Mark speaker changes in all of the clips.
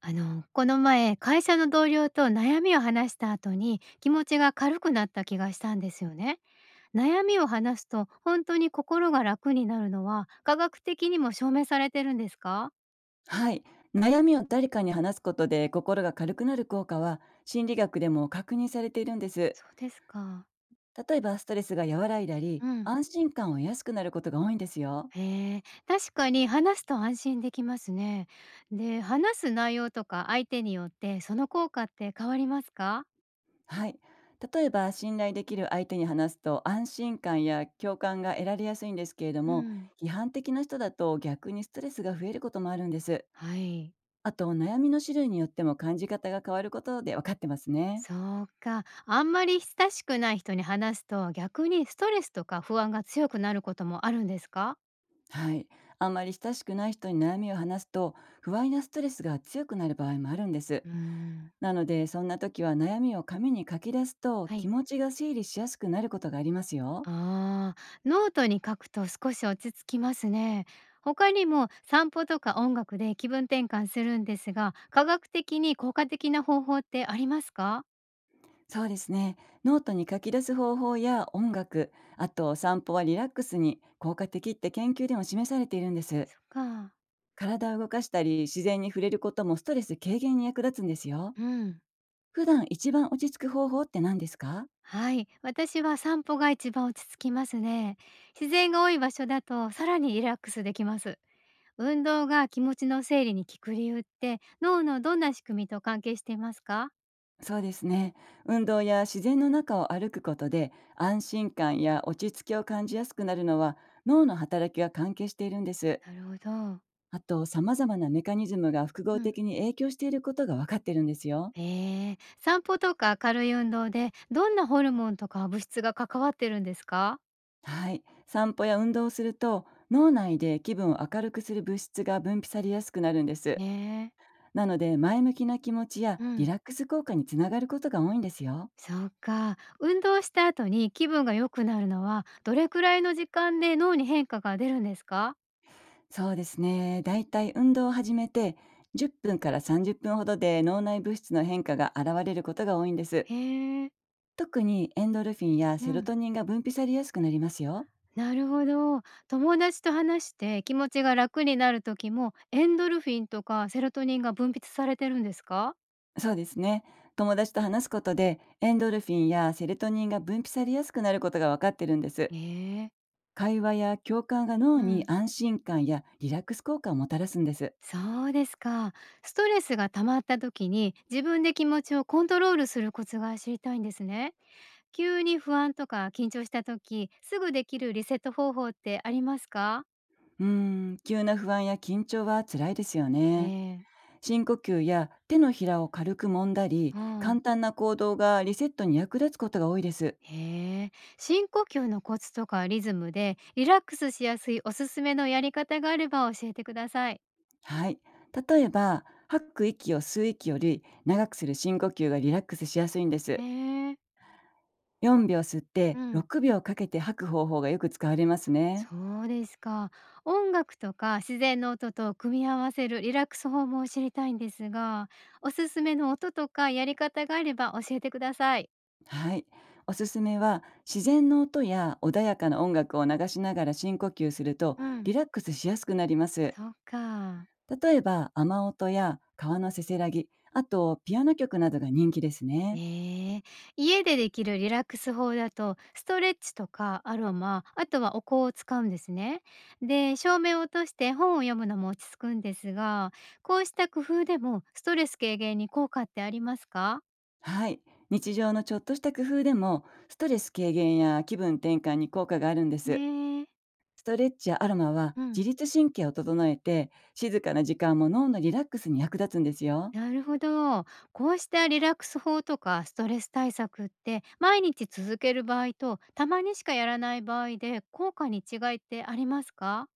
Speaker 1: この前、会社の同僚と悩みを話した後に気持ちが軽くなった気がしたんですよね。悩みを話すと本当に心が楽になるのは科学的にも証明されてるんですか？
Speaker 2: はい。悩みを誰かに話すことで心が軽くなる効果は、心理学でも確認されているんです。
Speaker 1: そうですか。
Speaker 2: 例えば、ストレスが和らいだ
Speaker 1: う
Speaker 2: り
Speaker 1: ん。
Speaker 2: 安心感を得やすくなることが多いんですよ。
Speaker 1: へえ、確かに話すと安心できますね。で、話す内容とか相手によってその効果って変わりますか？
Speaker 2: はい。例えば、信頼できる相手に話すと安心感や共感が得られやすいんですけれど
Speaker 1: う
Speaker 2: も、
Speaker 1: ん。
Speaker 2: 批判的な人だと逆にストレスが増えることもあるんです。
Speaker 1: はい。
Speaker 2: あと、悩みの種類によっても感じ方が変わることで分かってますね。
Speaker 1: そうか。あんまり親しくない人に話すと、逆にストレスとか不安が強くなることもあるんですか？
Speaker 2: はい。あんまり親しくない人に悩みを話すと、不安やストレスが強くなる場合もあるんです。
Speaker 1: うーん。
Speaker 2: なので、そんな時は悩みを紙に書き出すと、
Speaker 1: はい。
Speaker 2: 気持ちが整理しやすくなることがありますよ。
Speaker 1: ああ、ノートに書くと少し落ち着きますね。他にも散歩とか音楽で気分転換するんですが、科学的に効果的な方法ってありますか？
Speaker 2: そうですね。ノートに書き出す方法や音楽、あと散歩はリラックスに効果的って研究でも示されているんです。
Speaker 1: そっか。
Speaker 2: 体を動かしたり、自然に触れることもストレス軽減に役立つんですよ。
Speaker 1: うん。
Speaker 2: 普段一番落ち着く方法って何ですか？
Speaker 1: はい、私は散歩が一番落ち着きますね。自然が多い場所だとさらにリラックスできます。運動が気持ちの整理に効く理由って脳のどんな仕組みと関係していますか？
Speaker 2: そうですね。運動や自然の中を歩くことで安心感や落ち着きを感じやすくなるのは、脳の働きが関係しているんです。
Speaker 1: なるほど。
Speaker 2: あと、様々なメカニズムが複
Speaker 1: う
Speaker 2: 合
Speaker 1: ん、
Speaker 2: 的に影響していることが分かってるんですよ。
Speaker 1: へえー、散歩とか明るい運動でどんなホルモンとか物質が関わってるんですか？
Speaker 2: はい。散歩や運動をすると、脳内で気分を明るくする物質が分泌されやすくなるんです。
Speaker 1: ねえ。
Speaker 2: なので、前向きな気持ちや
Speaker 1: う
Speaker 2: リ
Speaker 1: ん、
Speaker 2: ラックス効果につながることが多いんですよ。
Speaker 1: そうか、運動した後に気分が良くなるのはどれくらいの時間で脳に変化が出るんですか？
Speaker 2: そうですね。だいたい運動を始めて10分から30分ほどで脳内物質の変化が現れることが多いんです。
Speaker 1: へえ。
Speaker 2: 特にエンドルフィンや
Speaker 1: う
Speaker 2: セロ
Speaker 1: ん、
Speaker 2: トニンが分泌されやすくなりますよ。
Speaker 1: なるほど。友達と話して気持ちが楽になる時も、エンドルフィンとかセロトニンが分泌されてるんですか？
Speaker 2: そうですね。友達と話すことでエンドルフィンやセロトニンが分泌されやすくなることがわかってるんです。
Speaker 1: ええ。
Speaker 2: 会話や共感が脳
Speaker 1: う
Speaker 2: に
Speaker 1: ん。
Speaker 2: 安心感やリラックス効果をもたらすんです。
Speaker 1: そうですか。ストレスが溜まった時に、自分で気持ちをコントロールするコツが知りたいんですね。急に不安とか緊張した時、すぐできるリセット方法ってありますか？
Speaker 2: 急な不安や緊張は辛いですよ
Speaker 1: え
Speaker 2: ね。
Speaker 1: え。
Speaker 2: 深呼吸や手のひらを軽く揉んだり、
Speaker 1: うん。
Speaker 2: 簡単な行動がリセットに役立つことが多いです。
Speaker 1: へえ。深呼吸のコツとかリズムでリラックスしやすいおすすめのやり方があれば教えてください。
Speaker 2: はい。例えば、吐く息を吸う息より長くする深呼吸がリラックスしやすいんで
Speaker 1: へ
Speaker 2: す。
Speaker 1: え。
Speaker 2: 4秒吸っ
Speaker 1: う
Speaker 2: て
Speaker 1: ん。
Speaker 2: 6秒かけて吐く方法がよく使われますね。
Speaker 1: そうですか。音楽とか自然の音と組み合わせるリラックス法も知りたいんですが、おすすめの音とかやり方があれば教えてください。
Speaker 2: はい。おすすめは、自然の音や穏やかな音楽を流しながら深呼吸すると
Speaker 1: うん。
Speaker 2: リラックスしやすくなります。
Speaker 1: そっか。
Speaker 2: 例えば、雨音や川のせせらぎ、あとピアノ曲などが人気ですね。
Speaker 1: ええ。家でできるリラックス法だと、ストレッチとかアロマ、あとはお香を使うんですね。で、照明を落として本を読むのも落ち着くんですが、こうした工夫でもストレス軽減に効果ってありますか？
Speaker 2: はい。日常のちょっとした工夫でも、ストレス軽減や気分転換に効果があるんで
Speaker 1: え
Speaker 2: す。
Speaker 1: え。
Speaker 2: ストレッチやアロマは
Speaker 1: うん、
Speaker 2: 自律神経を整えて、静かな時間も脳のリラックスに役立つんですよ。
Speaker 1: なるほど。こうしたリラックス法とかストレス対策って毎日続ける場合とたまにしかやらない場合で効果に違いってありますか？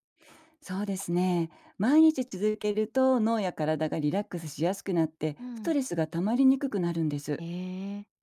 Speaker 2: そうですね。毎日続けると脳や体がリラックスしやすくなって、
Speaker 1: う
Speaker 2: ス
Speaker 1: ん、
Speaker 2: トレスが溜まりにくくなるんで
Speaker 1: え
Speaker 2: す。
Speaker 1: え、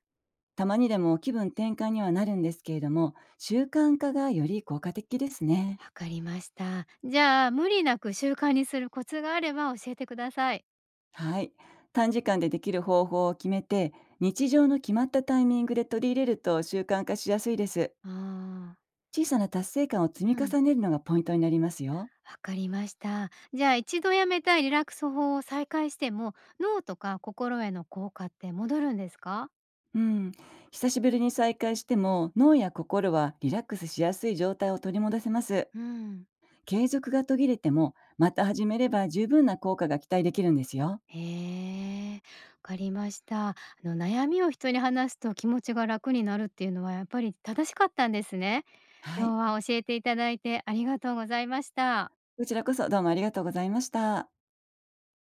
Speaker 2: たまにでも気分転換にはなるんですけれども、習慣化がより効果的ですね。
Speaker 1: わかりました。じゃあ無理なく習慣にするコツがあれば教えてください。
Speaker 2: はい。短時間でできる方法を決めて、日常の決まったタイミングで取り入れると習慣化しやすいです。
Speaker 1: ああ、
Speaker 2: 小さな達成感を積
Speaker 1: う
Speaker 2: み
Speaker 1: ん、
Speaker 2: 重ねるのがポイントになりますよ。
Speaker 1: わかりました。じゃあ一度やめたいリラックス法を再開しても脳とか心への効果って戻るんですか？
Speaker 2: うん。久しぶりに再会しても、脳や心はリラックスしやすい状態を取り戻せます。
Speaker 1: うん、
Speaker 2: 継続が途切れても、また始めれば十分な効果が期待できるんですよ。
Speaker 1: へえ、わかりました。あの、悩みを人に話すと気持ちが楽になるっていうのはやっぱり正しかったんですね。
Speaker 2: は
Speaker 1: 今
Speaker 2: い。
Speaker 1: 日は教えていただいてありがとうございました。
Speaker 2: こちらこそ、どうもありがとうございました。